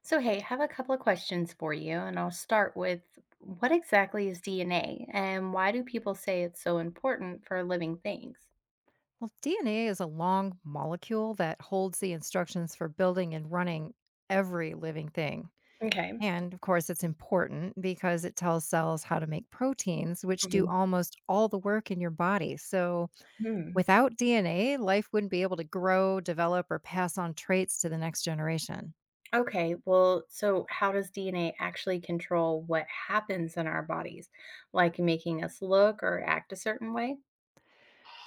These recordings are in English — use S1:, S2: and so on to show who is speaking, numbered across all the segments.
S1: So, hey, I have a couple of questions for you, and I'll start with what exactly is DNA and why do people say it's so important for living things?
S2: Well, DNA is a long molecule that holds the instructions for building and running every living thing.
S1: Okay.
S2: And of course, it's important because it tells cells how to make proteins, which do
S1: Mhm.
S2: almost all the work in your body. So,
S1: Hmm.
S2: without DNA, life wouldn't be able to grow, develop, or pass on traits to the next generation.
S1: Okay, well, so how does DNA actually control what happens in our bodies, like making us look or act a certain way?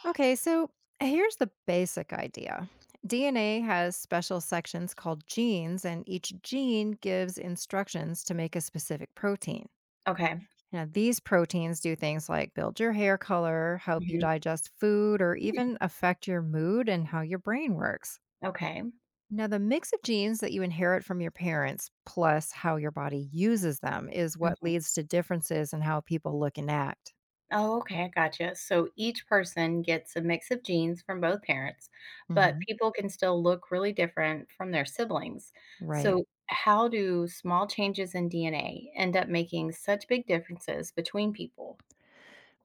S2: Okay, so here's the basic idea: DNA has special sections called genes, and each gene gives instructions to make a specific protein.
S1: Okay.
S2: Now, these proteins do things like build your hair color, help you
S1: Mhm.
S2: digest food, or
S1: Hmm.
S2: even affect your mood and how your brain works.
S1: Okay.
S2: Now, the mix of genes that you inherit from your parents, plus how your body uses them, is what leads to differences in how people look and act.
S1: Oh, okay, I gotcha. So each person gets a mix of genes from both parents, but
S2: Hmm.
S1: people can still look really different from their siblings.
S2: Right.
S1: So, how do small changes in DNA end up making such big differences between people?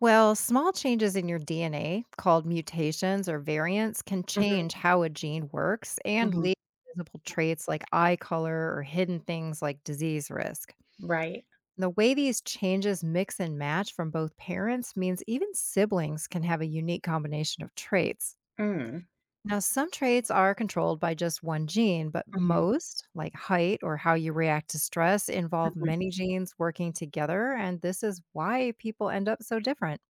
S2: Well, small changes in your DNA, called mutations or variants, can change
S1: Hmm.
S2: how a gene works and
S1: Hmm.
S2: lead to visible traits like eye color or hidden things like disease risk.
S1: Right.
S2: The way these changes mix and match from both parents means even siblings can have a unique combination of traits.
S1: Mm-hmm.
S2: Now, some traits are controlled by just one gene, but most, like height or how you react to stress, involve many genes working together. And this is why people end up so different.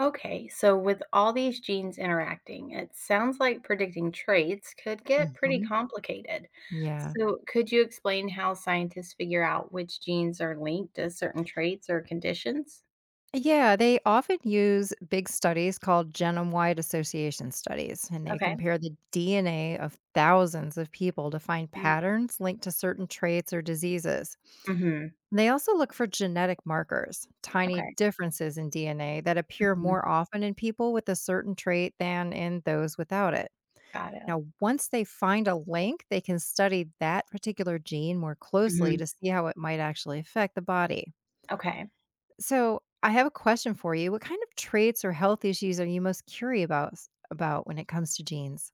S1: Okay, so with all these genes interacting, it sounds like predicting traits could get pretty
S2: Hmm.
S1: complicated.
S2: Yeah.
S1: So, could you explain how scientists figure out which genes are linked to certain traits or conditions?
S2: Yeah, they often use big studies called genome wide association studies, and they
S1: Okay.
S2: compare the DNA of thousands of people to find patterns linked to certain traits or diseases.
S1: Mm-hmm.
S2: They also look for genetic markers, tiny
S1: Okay.
S2: differences in DNA that appear
S1: Hmm.
S2: more often in people with a certain trait than in those without it.
S1: Got it.
S2: Now, once they find a link, they can study that particular gene more closely
S1: Hmm.
S2: to see how it might actually affect the body.
S1: Okay.
S2: So I have a question for you. What kind of traits or health issues are you most curious about when it comes to genes?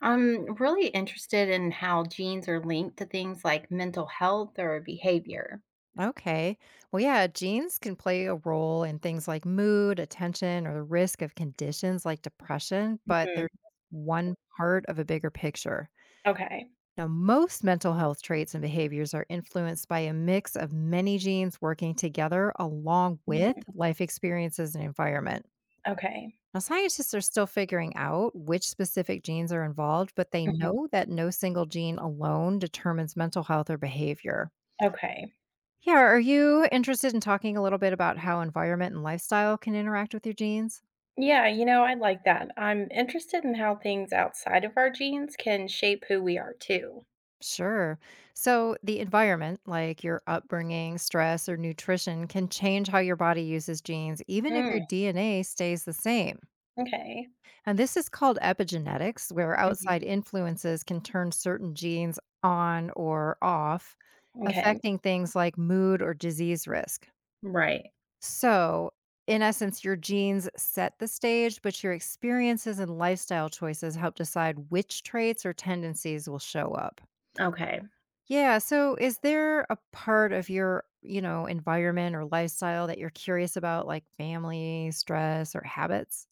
S1: I'm really interested in how genes are linked to things like mental health or behavior.
S2: Okay. Well, yeah, genes can play a role in things like mood, attention, or the risk of conditions like depression, but they're
S1: Hmm.
S2: just one part of a bigger picture.
S1: Okay.
S2: Now, most mental health traits and behaviors are influenced by a mix of many genes working together along with
S1: Mhm.
S2: life experiences and environment.
S1: Okay.
S2: Now, scientists are still figuring out which specific genes are involved, but they
S1: Mhm.
S2: know that no single gene alone determines mental health or behavior.
S1: Okay.
S2: Yeah, are you interested in talking a little bit about how environment and lifestyle can interact with your genes?
S1: Yeah, you know, I like that. I'm interested in how things outside of our genes can shape who we are too.
S2: Sure. So, the environment, like your upbringing, stress, or nutrition, can change how your body uses genes, even if
S1: Mm,
S2: your DNA stays the same.
S1: okay.
S2: And this is called epigenetics, where
S1: Mhm.
S2: outside influences can turn certain genes on or off,
S1: Okay.
S2: affecting things like mood or disease risk.
S1: Right.
S2: So, in essence, your genes set the stage, but your experiences and lifestyle choices help decide which traits or tendencies will show up.
S1: Okay.
S2: Yeah. So, is there a part of your environment or lifestyle that you're curious about, like family, stress, or habits?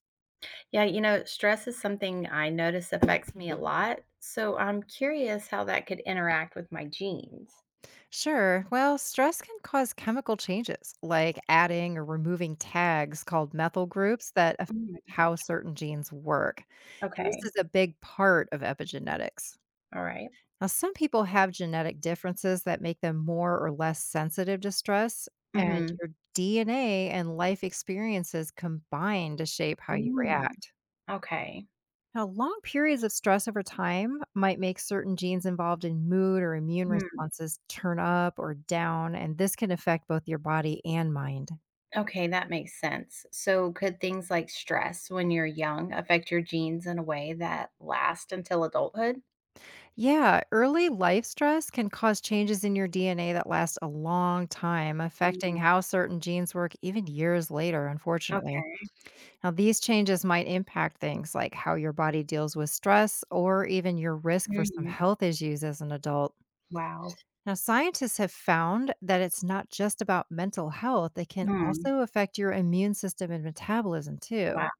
S1: Yeah, you know, stress is something I notice affects me a lot. So I'm curious how that could interact with my genes.
S2: Sure. Well, stress can cause chemical changes, like adding or removing tags called methyl groups that affect
S1: Mm,
S2: how certain genes work. And this
S1: okay.
S2: is a big part of epigenetics.
S1: All right.
S2: Now, some people have genetic differences that make them more or less sensitive to stress, and
S1: Mm-hmm.
S2: your DNA and life experiences combine to shape how you
S1: Mm,
S2: react.
S1: okay.
S2: Now, long periods of stress over time might make certain genes involved in mood or immune
S1: Mm,
S2: responses turn up or down, and this can affect both your body and mind.
S1: okay, that makes sense. So could things like stress when you're young affect your genes in a way that last until adulthood?
S2: Yeah, early life stress can cause changes in your DNA that last a long time, affecting how certain genes work even years later, unfortunately.
S1: Okay.
S2: Now, these changes might impact things like how your body deals with stress or even your risk for some
S1: Mhm.
S2: health issues as an adult.
S1: Wow.
S2: Now, scientists have found that it's not just about mental health, it can
S1: Mm.
S2: also affect your immune system and metabolism too.
S1: Wow.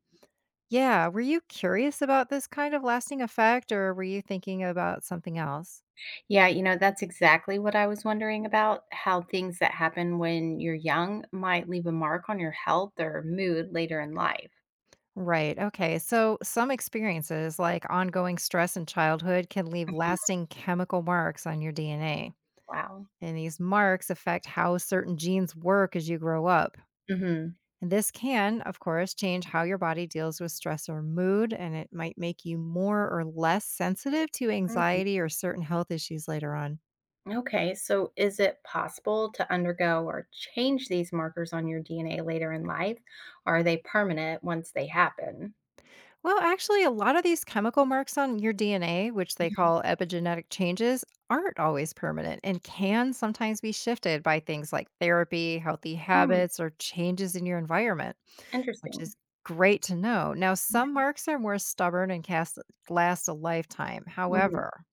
S2: Yeah, were you curious about this kind of lasting effect, or were you thinking about something else?
S1: Yeah, you know, that's exactly what I was wondering about, how things that happen when you're young might leave a mark on your health or mood later in life.
S2: Right. Okay. So, some experiences like ongoing stress in childhood can leave
S1: Mhm.
S2: lasting chemical marks on your DNA.
S1: Wow.
S2: And these marks affect how certain genes work as you grow up.
S1: Mhm.
S2: And this can, of course, change how your body deals with stress or mood, and it might make you more or less sensitive to
S1: Mhm.
S2: anxiety or certain health issues later on.
S1: Okay, so is it possible to undergo or change these markers on your DNA later in life, or are they permanent once they happen?
S2: Well, actually, a lot of these chemical marks on your DNA, which they
S1: Mhm.
S2: call epigenetic changes, aren't always permanent and can sometimes be shifted by things like therapy, healthy
S1: Mm.
S2: habits, or changes in your environment, which
S1: Interesting.
S2: is great to know. Now,
S1: Yeah.
S2: some marks are more stubborn and cast last a lifetime.
S1: Mhm.
S2: However,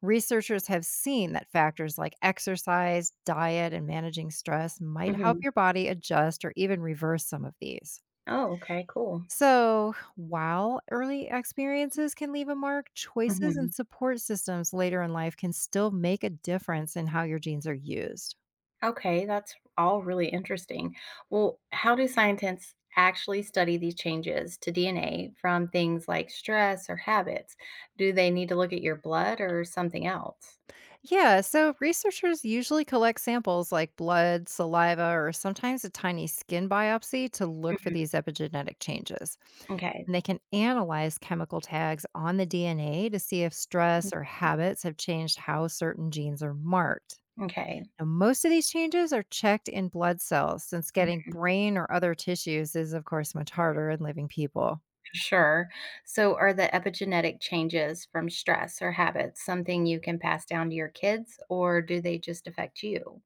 S2: researchers have seen that factors like exercise, diet, and managing stress might help
S1: Mhm.
S2: your body adjust or even reverse some of these.
S1: Oh, okay, cool.
S2: So, while early experiences can leave a mark, choices and
S1: Mhm.
S2: support systems later in life can still make a difference in how your genes are used.
S1: Okay, that's all really interesting. Well, how do scientists actually study these changes to DNA from things like stress or habits? Do they need to look at your blood or something else?
S2: Yeah, so researchers usually collect samples like blood, saliva, or sometimes a tiny skin biopsy to look for
S1: Mhm.
S2: these epigenetic changes.
S1: Okay.
S2: And they can analyze chemical tags on the DNA to see if
S1: Mm,
S2: stress or habits have changed how certain genes are marked.
S1: okay.
S2: Now, most of these changes are checked in blood cells, since getting
S1: Mhm.
S2: brain or other tissues is, of course, much harder in living people.
S1: Sure. So, are the epigenetic changes from stress or habits something you can pass down to your kids, or do they just affect you?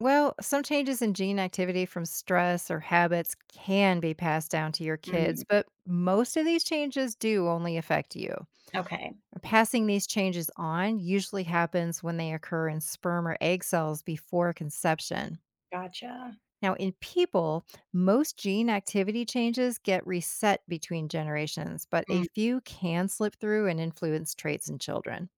S2: Well, some changes in gene activity from stress or habits can be passed down to your kids,
S1: Mm,
S2: but most of these changes do only affect you.
S1: okay.
S2: Passing these changes on usually happens when they occur in sperm or egg cells before conception.
S1: Gotcha.
S2: Now, in people, most gene activity changes get reset between generations, but a few can slip through and influence traits in children.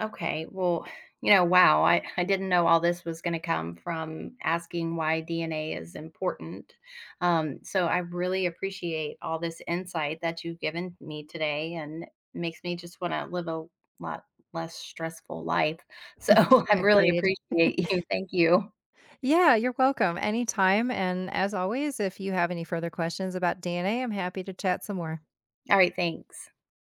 S1: Okay, well, you know, wow, I didn't know all this was going to come from asking why DNA is important. So I really appreciate all this insight that you've given me today and makes me just want to live a lot less stressful life. So I really
S2: Agreed.
S1: appreciate you. Thank you.
S2: Yeah, you're welcome anytime. And as always, if you have any further questions about DNA, I'm happy to chat some more.
S1: All right, thanks.